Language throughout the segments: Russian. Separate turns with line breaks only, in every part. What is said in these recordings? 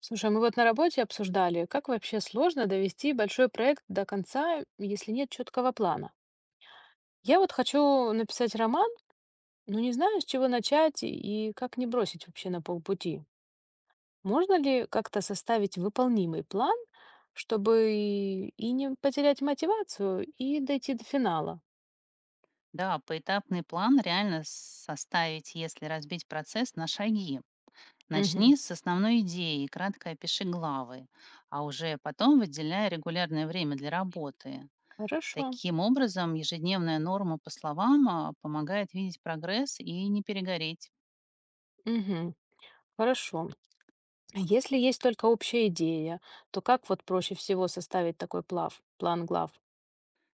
Слушай, мы вот на работе обсуждали, как вообще сложно довести большой проект до конца, если нет четкого плана. Я вот хочу написать роман, но не знаю, с чего начать и как не бросить вообще на полпути. Можно ли как-то составить выполнимый план, чтобы и не потерять мотивацию, и дойти до финала?
Да, поэтапный план реально составить, если разбить процесс на шаги. Начни
Мгм.
с основной идеи и кратко опиши главы, а уже потом выделяй регулярное время для работы.
Хорошо.
Таким образом, ежедневная норма по словам помогает видеть прогресс и не перегореть.
Мгм. Хорошо. А если есть только общая идея, то как вот проще всего составить план глав?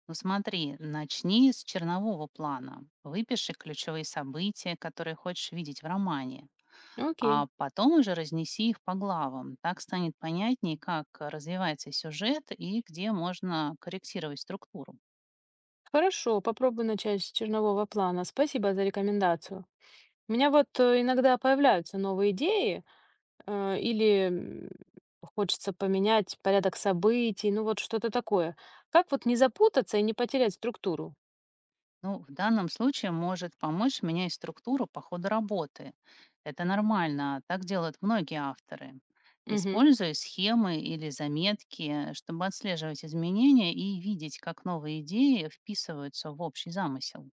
Ну смотри, начни с чернового плана. Выпиши ключевые события, которые хочешь видеть в романе,
Окей.
а потом уже разнеси их по главам. Так станет понятнее, как развивается сюжет и где можно корректировать структуру.
Хорошо, попробую начать с чернового плана. Спасибо за рекомендацию. У меня вот иногда появляются новые идеи, э, или м, хочется поменять порядок событий, ну вот что-то такое. Как вот не запутаться и не потерять структуру?
Ну, в данном случае может помочь менять структуру по ходу работы. Это нормально, так делают многие авторы.
Мгм.
Используя схемы или заметки, чтобы отслеживать изменения и видеть, как новые идеи вписываются в общий замысел.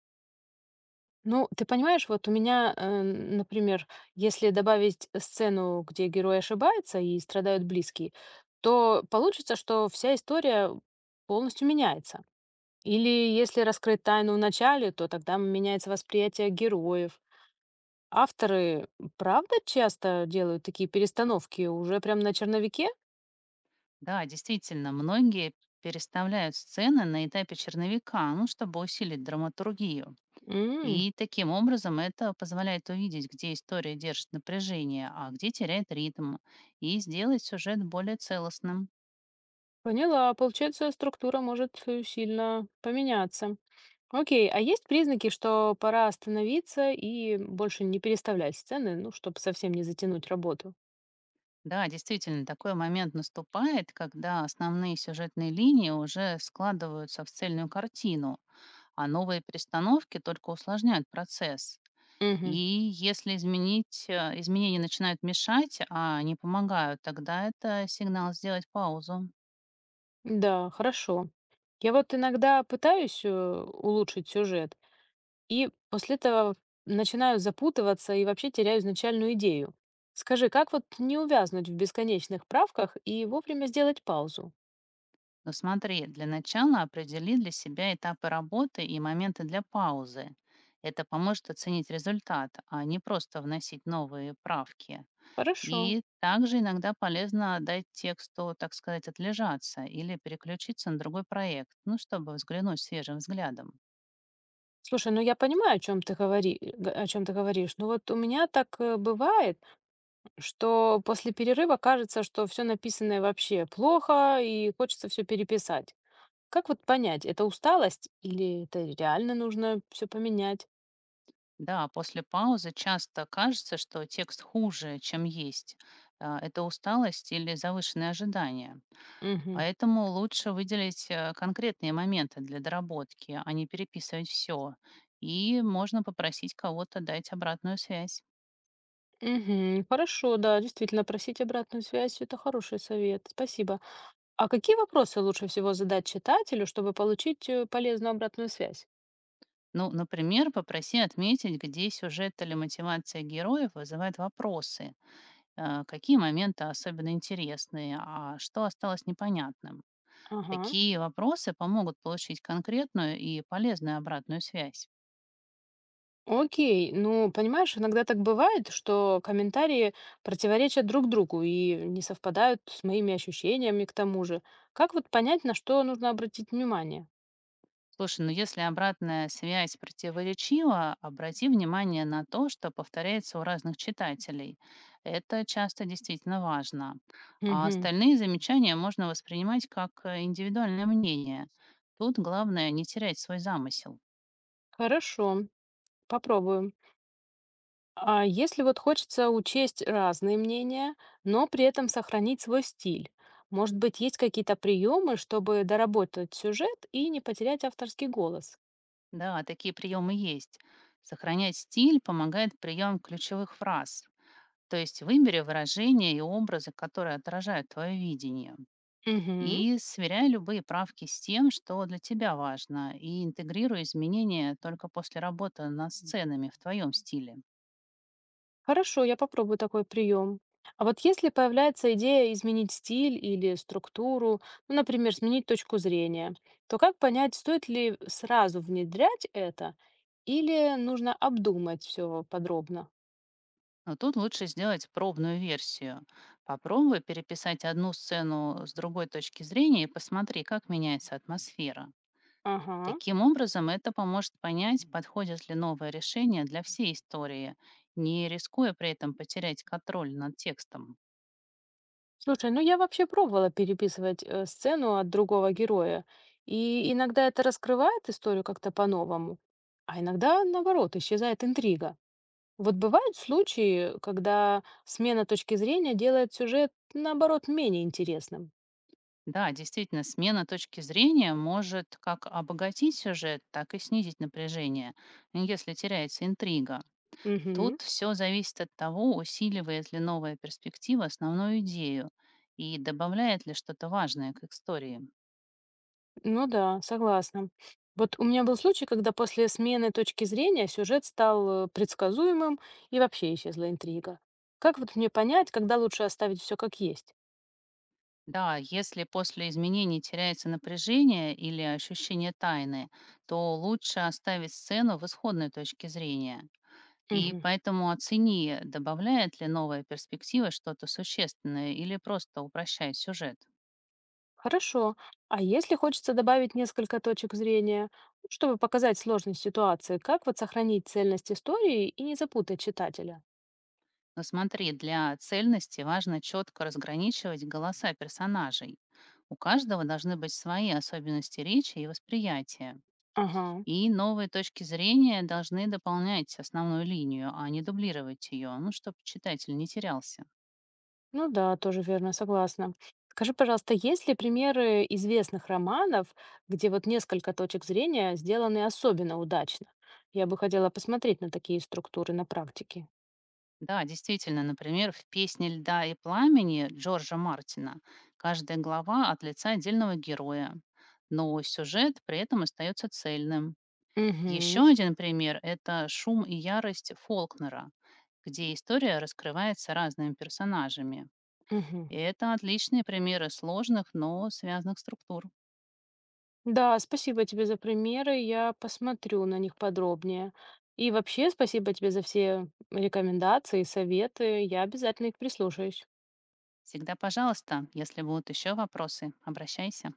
Ну, ты понимаешь, вот у меня, например, если добавить сцену, где герой ошибается и страдают близкие, то получится, что вся история полностью меняется. Или если раскрыть тайну в начале, то тогда меняется восприятие героев. Авторы, правда, часто делают такие перестановки уже прям на черновике?
Да, действительно, многие переставляют сцены на этапе черновика, ну, чтобы усилить драматургию.
М,
И таким образом это позволяет увидеть, где история держит напряжение, а где теряет ритм, и сделать сюжет более целостным.
поняла. Получается, структура может сильно поменяться. Окей, а есть признаки, что пора остановиться и больше не переставлять сцены, ну, чтобы совсем не затянуть работу?
Да, действительно, такой момент наступает, когда основные сюжетные линии уже складываются в цельную картину, а новые перестановки только усложняют процесс. И
Мгм.
если изменить, э, изменения начинают мешать, а не помогают, тогда это сигнал сделать паузу.
Да, хорошо. Я вот иногда пытаюсь улучшить сюжет, и после этого начинаю запутываться и вообще теряю изначальную идею. Скажи, как вот не увязнуть в бесконечных правках и вовремя сделать паузу?
Но смотри, для начала определи для себя этапы работы и моменты для паузы. Это поможет оценить результат, а не просто вносить новые правки.
Хорошо.
И также иногда полезно дать тексту, так сказать, отлежаться или переключиться на другой проект, ну, чтобы взглянуть свежим взглядом.
Слушай, ну я понимаю, о чем ты говоришь, но вот у меня так бывает, что после перерыва кажется, что все написанное вообще плохо и хочется все переписать. Как вот понять, это усталость или это реально нужно все поменять?
Да, после паузы часто кажется, что текст хуже, чем есть. А, это усталость или завышенные ожидания.
Мгм.
Поэтому лучше выделить конкретные моменты для доработки, а не переписывать все. И можно попросить кого-то дать обратную связь.
Мгм. Хорошо, да, действительно, просить обратную связь– это хороший совет, спасибо. А какие вопросы лучше всего задать читателю, чтобы получить полезную обратную связь?
Ну, например, попроси отметить, где сюжет или мотивация героев вызывает вопросы, какие моменты особенно интересные, а что осталось непонятным.
Ага.
Такие вопросы помогут получить конкретную и полезную обратную связь.
Окей, ну, понимаешь, иногда так бывает, что комментарии противоречат друг другу и не совпадают с моими ощущениями к тому же. Как вот понять, на что нужно обратить внимание?
Слушай, ну если обратная связь противоречива, обрати внимание на то, что повторяется у разных читателей. Это часто действительно важно. А
Мгм.
остальные замечания можно воспринимать как индивидуальное мнение. Тут главное не терять свой замысел.
Хорошо, попробуем. А если вот хочется учесть разные мнения, но при этом сохранить свой стиль, может быть, есть какие-то приемы, чтобы доработать сюжет и не потерять авторский голос?
Да, такие приемы есть. Сохранять стиль помогает прием ключевых фраз. То есть выбери выражения и образы, которые отражают твое видение.
Мгм.
И сверяй любые правки с тем, что для тебя важно, и интегрируй изменения только после работы над сценами в твоем стиле.
Хорошо, я попробую такой прием. А вот если появляется идея изменить стиль или структуру, ну, например, сменить точку зрения, то как понять, стоит ли сразу внедрять это или нужно обдумать все подробно?
Но тут лучше сделать пробную версию. Попробуй переписать одну сцену с другой точки зрения и посмотри, как меняется атмосфера.
Ага.
Таким образом, это поможет понять, подходит ли новое решение для всей истории, не рискуя при этом потерять контроль над текстом.
Слушай, ну я вообще пробовала переписывать сцену от другого героя, и иногда это раскрывает историю как-то по-новому, а иногда, наоборот, исчезает интрига. Вот бывают случаи, когда смена точки зрения делает сюжет, наоборот, менее интересным.
Да, действительно, смена точки зрения может как обогатить сюжет, так и снизить напряжение, если теряется интрига.
Мгм.
Тут все зависит от того, усиливает ли новая перспектива основную идею и добавляет ли что-то важное к истории.
Ну да, согласна. Вот у меня был случай, когда после смены точки зрения сюжет стал предсказуемым и вообще исчезла интрига. Как вот мне понять, когда лучше оставить все как есть?
Да, если после изменений теряется напряжение или ощущение тайны, то лучше оставить сцену в исходной точке зрения. И
Мгм.
поэтому оцени, добавляет ли новая перспектива что-то существенное или просто упрощает сюжет.
Хорошо. А если хочется добавить несколько точек зрения, ну, чтобы показать сложность ситуации, как вот сохранить цельность истории и не запутать читателя?
Но смотри, для цельности важно четко разграничивать голоса персонажей. У каждого должны быть свои особенности речи и восприятия.
Ага.
И новые точки зрения должны дополнять основную линию, а не дублировать ее, ну, чтобы читатель не терялся.
Ну да, тоже верно, согласна. Скажи, пожалуйста, есть ли примеры известных романов, где вот несколько точек зрения сделаны особенно удачно? Я бы хотела посмотреть на такие структуры на практике.
Да, действительно, например, в песне «Льда и пламени» Джорджа Мартина каждая глава от лица отдельного героя, но сюжет при этом остается цельным. Еще
Угу.
один пример — это «Шум и ярость» Фолкнера, где история раскрывается разными персонажами. И это отличные примеры сложных, но связанных структур.
Да, спасибо тебе за примеры. Я посмотрю на них подробнее. И вообще, спасибо тебе за все рекомендации советы. Я обязательно их прислушаюсь.
Всегда пожалуйста, если будут еще вопросы, обращайся.